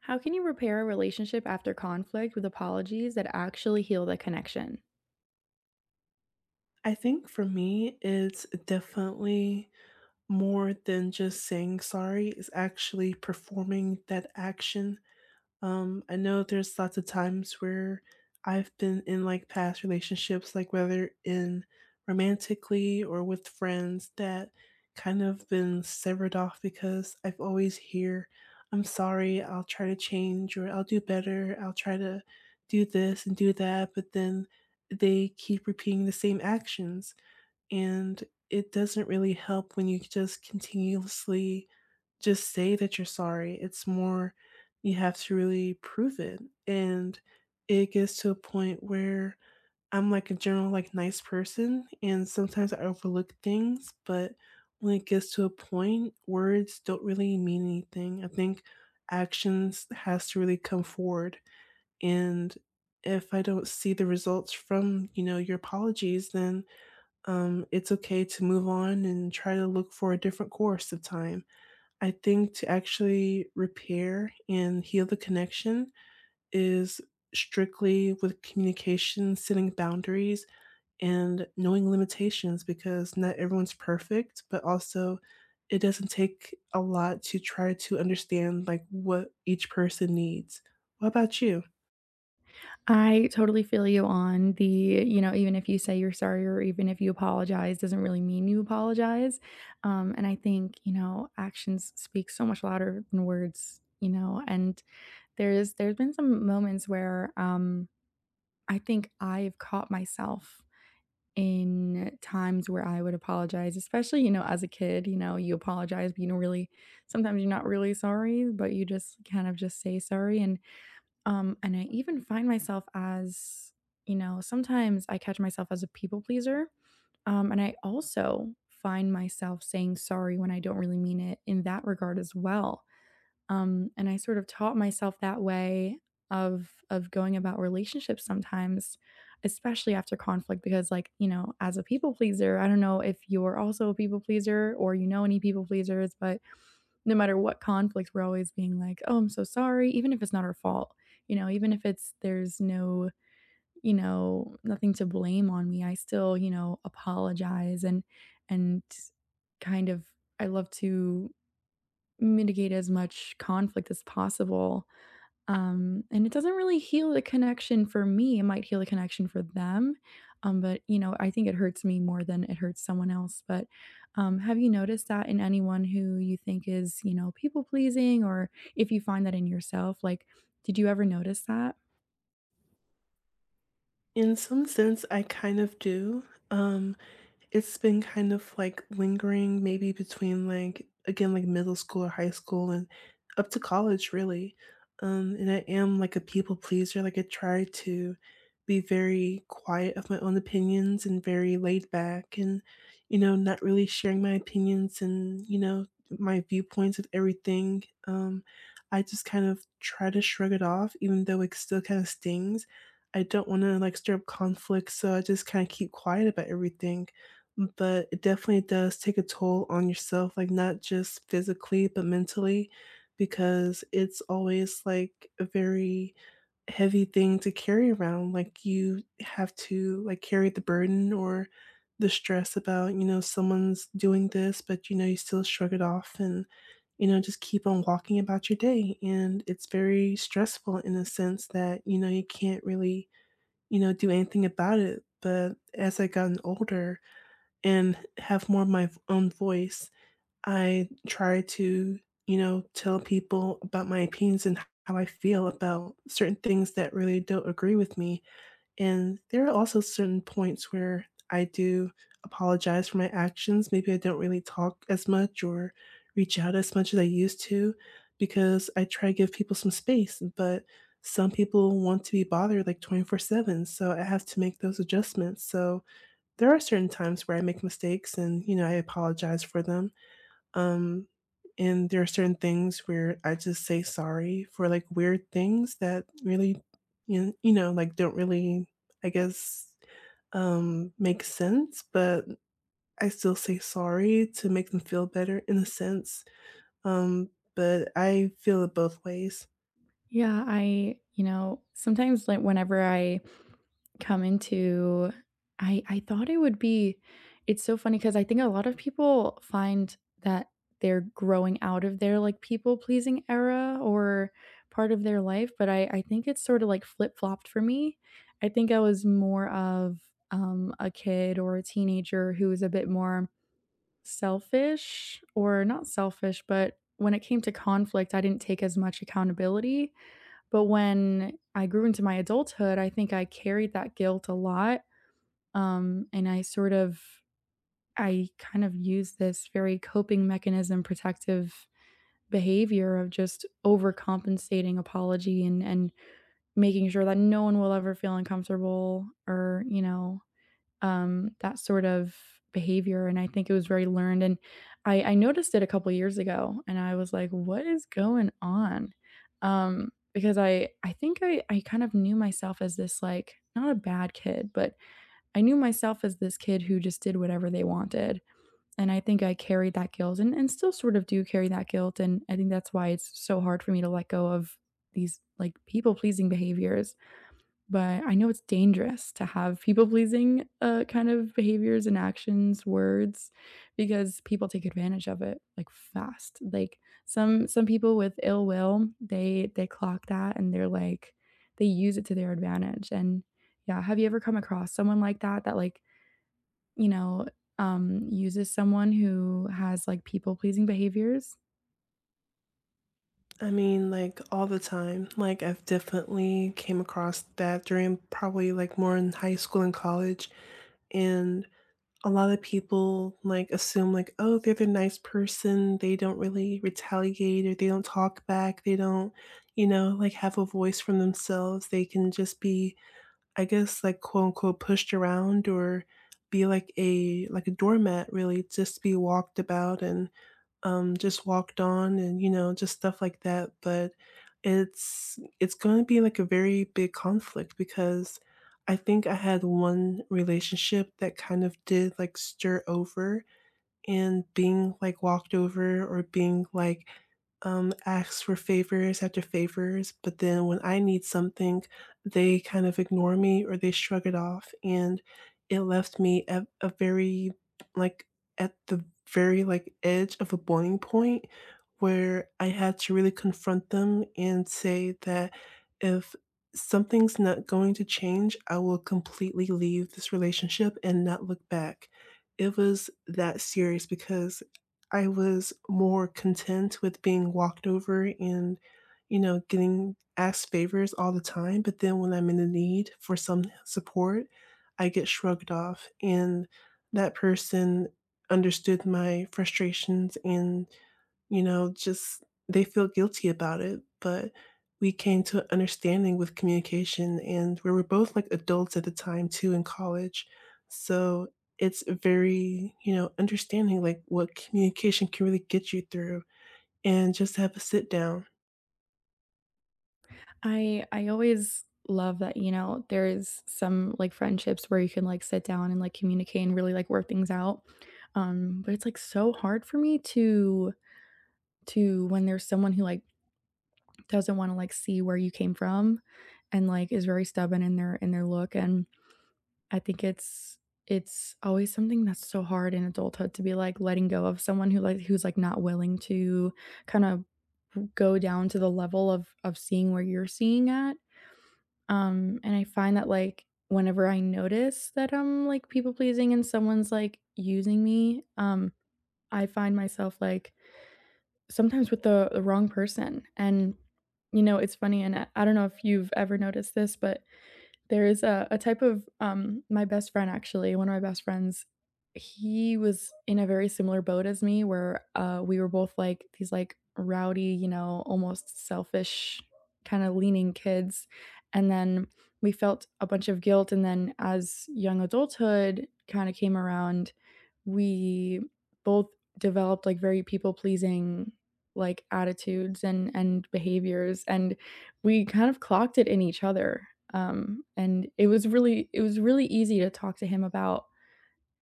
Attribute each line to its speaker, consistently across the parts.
Speaker 1: How can you repair a relationship after conflict with apologies that actually heal the connection?
Speaker 2: I think for me, it's definitely more than just saying sorry. It's actually performing that action. I know there's lots of times where I've been in like past relationships, like whether in romantically or with friends, that kind of been severed off because I've always hear, "I'm sorry. I'll try to change, or I'll do better. I'll try to do this and do that," but then they keep repeating the same actions and it doesn't really help when you just continuously just say that you're sorry. It's more you have to really prove it. And it gets to a point where I'm like a general like nice person and sometimes I overlook things, but when it gets to a point, words don't really mean anything. I think actions has to really come forward and if I don't see the results from, you know, your apologies, then it's okay to move on and try to look for a different course of time. I think to actually repair and heal the connection is strictly with communication, setting boundaries, and knowing limitations because not everyone's perfect, but also it doesn't take a lot to try to understand like what each person needs. What about you?
Speaker 1: I totally feel you on the, you know, even if you say you're sorry or even if you apologize, doesn't really mean you apologize. And I think, you know, actions speak so much louder than words, you know, and there's been some moments where I think I've caught myself in times where I would apologize, especially, you know, as a kid, you know, you apologize, but you don't really sometimes you're not really sorry, but you just kind of just say sorry. And I even find myself as, you know, sometimes I catch myself as a people pleaser. And I also find myself saying sorry when I don't really mean it in that regard as well. And I sort of taught myself that way of going about relationships sometimes, especially after conflict because like, you know, as a people pleaser, I don't know if you're also a people pleaser or you know any people pleasers, but no matter what conflict, we're always being like, "Oh, I'm so sorry," even if it's not our fault. You know, even if it's there's no, you know, nothing to blame on me, I still, you know, apologize and kind of I love to mitigate as much conflict as possible. And it doesn't really heal the connection for me. It might heal the connection for them. But, you know, I think it hurts me more than it hurts someone else. But have you noticed that in anyone who you think is, you know, people pleasing, or if you find that in yourself? Like, did you ever notice that?
Speaker 2: In some sense, I kind of do. Um, It's been kind of, like, lingering maybe between, like, again, like, middle school or high school and up to college, really, and I am, like, a people pleaser, like, I try to be very quiet of my own opinions and very laid back and, you know, not really sharing my opinions and, you know, my viewpoints of everything, I just kind of try to shrug it off even though it still kinda stings. I don't wanna, like, stir up conflict, so I just kinda keep quiet about everything. But it definitely does take a toll on yourself, like, not just physically, but mentally, because it's always, like, a very heavy thing to carry around, like, you have to, like, carry the burden or the stress about, you know, someone's doing this, but, you know, you still shrug it off and, you know, just keep on walking about your day, and it's very stressful in the sense that, you know, you can't really, you know, do anything about it, but as I gotten older, and have more of my own voice. I try to, you know, tell people about my opinions and how I feel about certain things that really don't agree with me. And there are also certain points where I do apologize for my actions. Maybe I don't really talk as much or reach out as much as I used to because I try to give people some space, but some people want to be bothered like 24/7. So I have to make those adjustments. So there are certain times where I make mistakes and, you know, I apologize for them. Um, and there are certain things where I just say sorry for like weird things that really, you know like don't really, I guess, make sense, but I still say sorry to make them feel better in a sense. But I feel it both ways.
Speaker 1: Yeah, I, you know, sometimes like whenever I come into I thought it would be it's so funny because I think a lot of people find that they're growing out of their like people pleasing era or part of their life, but I think it's sort of like flip-flopped for me. I think I was more of a kid or a teenager who was a bit more selfish or not selfish, but when it came to conflict, I didn't take as much accountability but when I grew into my adulthood, I think I carried that guilt a lot, and I sort of I kind of used this very coping mechanism protective behavior of just overcompensating apology and making sure that no one will ever feel uncomfortable or, you know, that sort of behavior, and I think it was very learned, and I noticed it a couple years ago, and I was like, "What is going on?" Because I think I kind of knew myself as this, like, not a bad kid, but I knew myself as this kid who just did whatever they wanted, and I think I carried that guilt and still sort of do carry that guilt, and I think that's why it's so hard for me to let go of these, like, people-pleasing behaviors. But I know it's dangerous to have people-pleasing, kind of behaviors and actions, words, because people take advantage of it, like, fast. Like, some people with ill will, they clock that and they're like they use it to their advantage, and yeah, have you ever come across someone like that that, like, you know, uses someone who has, like, people-pleasing behaviors?
Speaker 2: I mean, like all the time. Like I've definitely came across that during probably like more in high school and college. And a lot of people like assume like, oh, they're the nice person. They don't really retaliate or they don't talk back. They don't, you know, like have a voice from themselves. They can just be, I guess, like quote unquote pushed around or be like a doormat really just be walked about and just walked on and you know just stuff like that but it's going to be like a very big conflict because I think I had one relationship that kind of did like stir over and being like walked over or being like asks for favors after favors, but then when I need something, they kind of ignore me or they shrug it off. And it left me at a very, like, at the very, like, edge of a boiling point where I had to really confront them and say that if something's not going to change, I will completely leave this relationship and not look back. It was that serious because I was more content with being walked over and, you know, getting asked favors all the time. But then when I'm in the need for some support, I get shrugged off. And that person understood my frustrations and, you know, just they feel guilty about it. But we came to an understanding with communication and we were both like adults at the time too in college. So it's very, you know, understanding like what communication can really get you through and just have a sit down.
Speaker 1: I always love that, you know, there's some, like, friendships where you can, like, sit down and, like, communicate and really, like, work things out, but it's, like, so hard for me to when there's someone who, like, doesn't wanna, like, see where you came from and, like, is very stubborn in their look, and I think it's always something that's so hard in adulthood to be, like, letting go of someone who, like who's, like, not willing to kinda go down to the level of seeing where you're seeing at. And I find that, like, whenever I notice that I'm, like, people pleasing and someone's, like, using me, I find myself, like, sometimes with the wrong person. And, you know, it's funny, and I don't know if you've ever noticed this, but there is a type of my best friend actually, one of my best friends, he was in a very similar boat as me where we were both like these like rowdy, you know, almost selfish kind of leaning kids. And then we felt a bunch of guilt and then as young adulthood kind of came around, we both developed like very people pleasing like attitudes and behaviors and we kind of clocked it in each other and it was really easy to talk to him about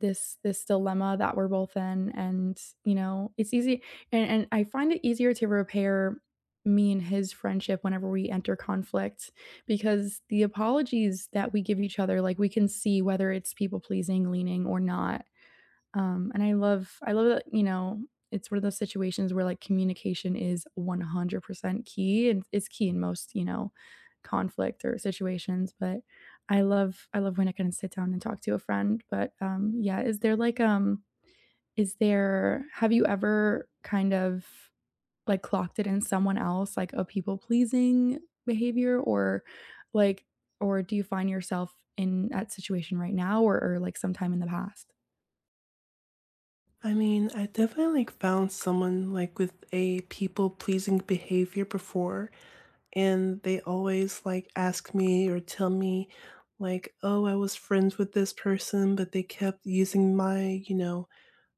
Speaker 1: this dilemma that we're both in and you know it's easy and I find it easier to repair me and his friendship whenever we enter conflict because the apologies that we give each other like we can see whether it's people pleasing leaning or not. And I love that, you know, it's one of those situations where like communication is 100% key and it's key in most, you know, conflict or situations, but I love when I can sit down and talk to a friend, but yeah, is there like is there have you ever kind of like clocked it in someone else, like a people pleasing behavior or like or do you find yourself in that situation right now or like sometime in the past?
Speaker 2: I mean, I definitely like, found someone like with a people pleasing behavior before, and they always like ask me or tell me, like, oh, I was friends with this person, but they kept using my, you know,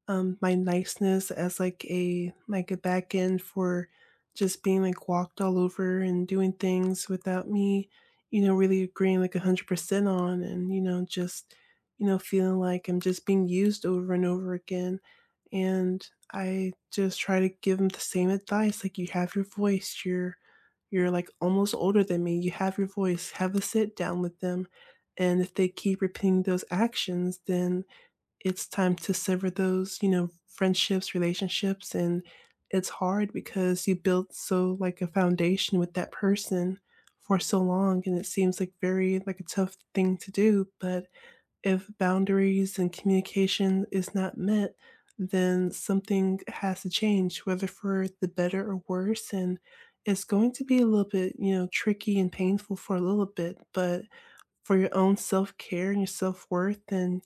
Speaker 2: my niceness as like a back end for just being like walked all over and doing things without me, you know, really agreeing like 100% on and, you know, just, you know, feeling like I'm just being used over and over again. And I just try to give them the same advice. Like you have your voice, you're like almost older than me. You have your voice, have a sit down with them. And if they keep repeating those actions, then it's time to sever those, you know, friendships, relationships. And it's hard because you built so like a foundation with that person for so long. And it seems like very like a tough thing to do. But if boundaries and communication is not met, then something has to change, whether for the better or worse. And it's going to be a little bit, you know, tricky and painful for a little bit, but for your own self care and your self worth and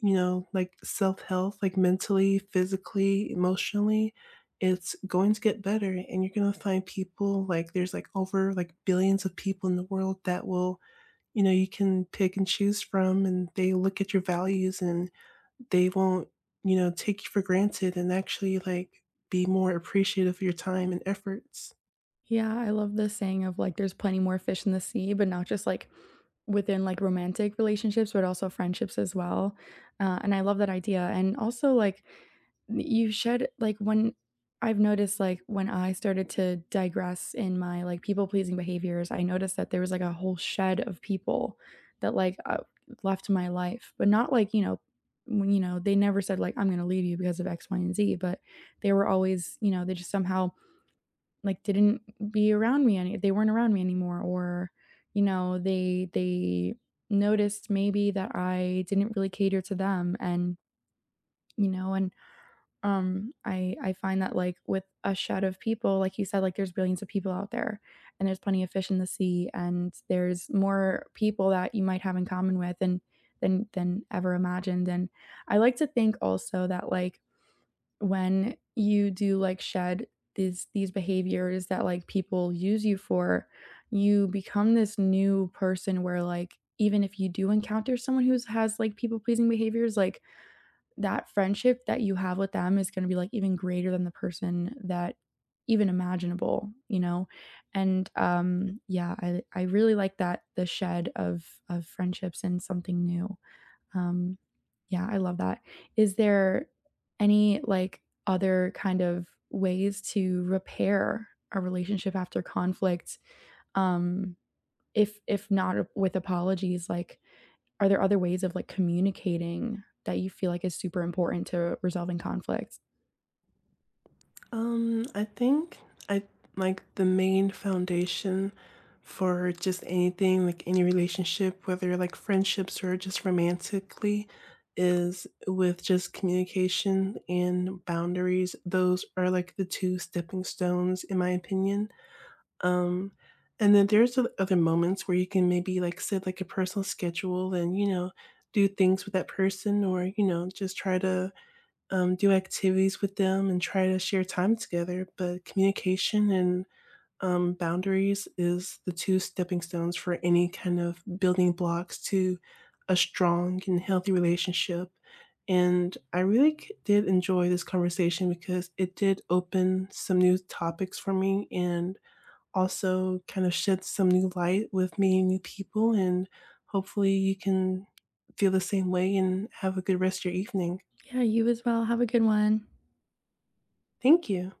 Speaker 2: you know, like self health, like mentally, physically, emotionally, it's going to get better. And you're going to find people like there's like over like billions of people in the world that will, you know, you can pick and choose from and they look at your values and they won't, you know, take you for granted and actually like be more appreciative of your time and efforts.
Speaker 1: Yeah, I love the saying of, like, there's plenty more fish in the sea, but not just, like, within, like, romantic relationships, but also friendships as well, and I love that idea, and also, like, you should like, when I've noticed, like, when I started to digress in my, like, people-pleasing behaviors, I noticed that there was, like, a whole shed of people that, like, left my life, but not like, you know, when, you know, they never said, like, "I'm gonna leave you because of X, Y, and Z," but they were always, you know, they just somehow like, didn't be around me any they weren't around me anymore or, you know, they noticed maybe that I didn't really cater to them and, you know, and, I find that, like, with a shed of people, like you said, like, there's billions of people out there, and there's plenty of fish in the sea, and there's more people that you might have in common with and than ever imagined, and I like to think also that, like, when you do like shed these behaviors that like people use you for, you become this new person where like even if you do encounter someone who has like people pleasing behaviors, like that friendship that you have with them is going to be like even greater than the person that even imaginable, you know? And yeah, I really like that the shed of friendships and something new. Um, yeah, I love that. Is there any like other kind of ways to repair a relationship after conflict? Um, if not with apologies, like are there other ways of like communicating that you feel like is super important to resolving conflict?
Speaker 2: I think I like the main foundation for just anything, like any relationship, whether like friendships or just romantically, is with just communication and boundaries. Those are like the two stepping stones, in my opinion. Um, and then there's other moments where you can maybe like set like a personal schedule and, you know, do things with that person or, you know, just try to do activities with them and try to share time together. But communication and boundaries is the two stepping stones for any kind of building blocks to a strong and healthy relationship. And I really did enjoy this conversation because it did open some new topics for me and also kind of shed some new light with meeting new people. And hopefully, you can feel the same way and have a good rest of your evening.
Speaker 1: Yeah, you as well. Have a good one.
Speaker 2: Thank you.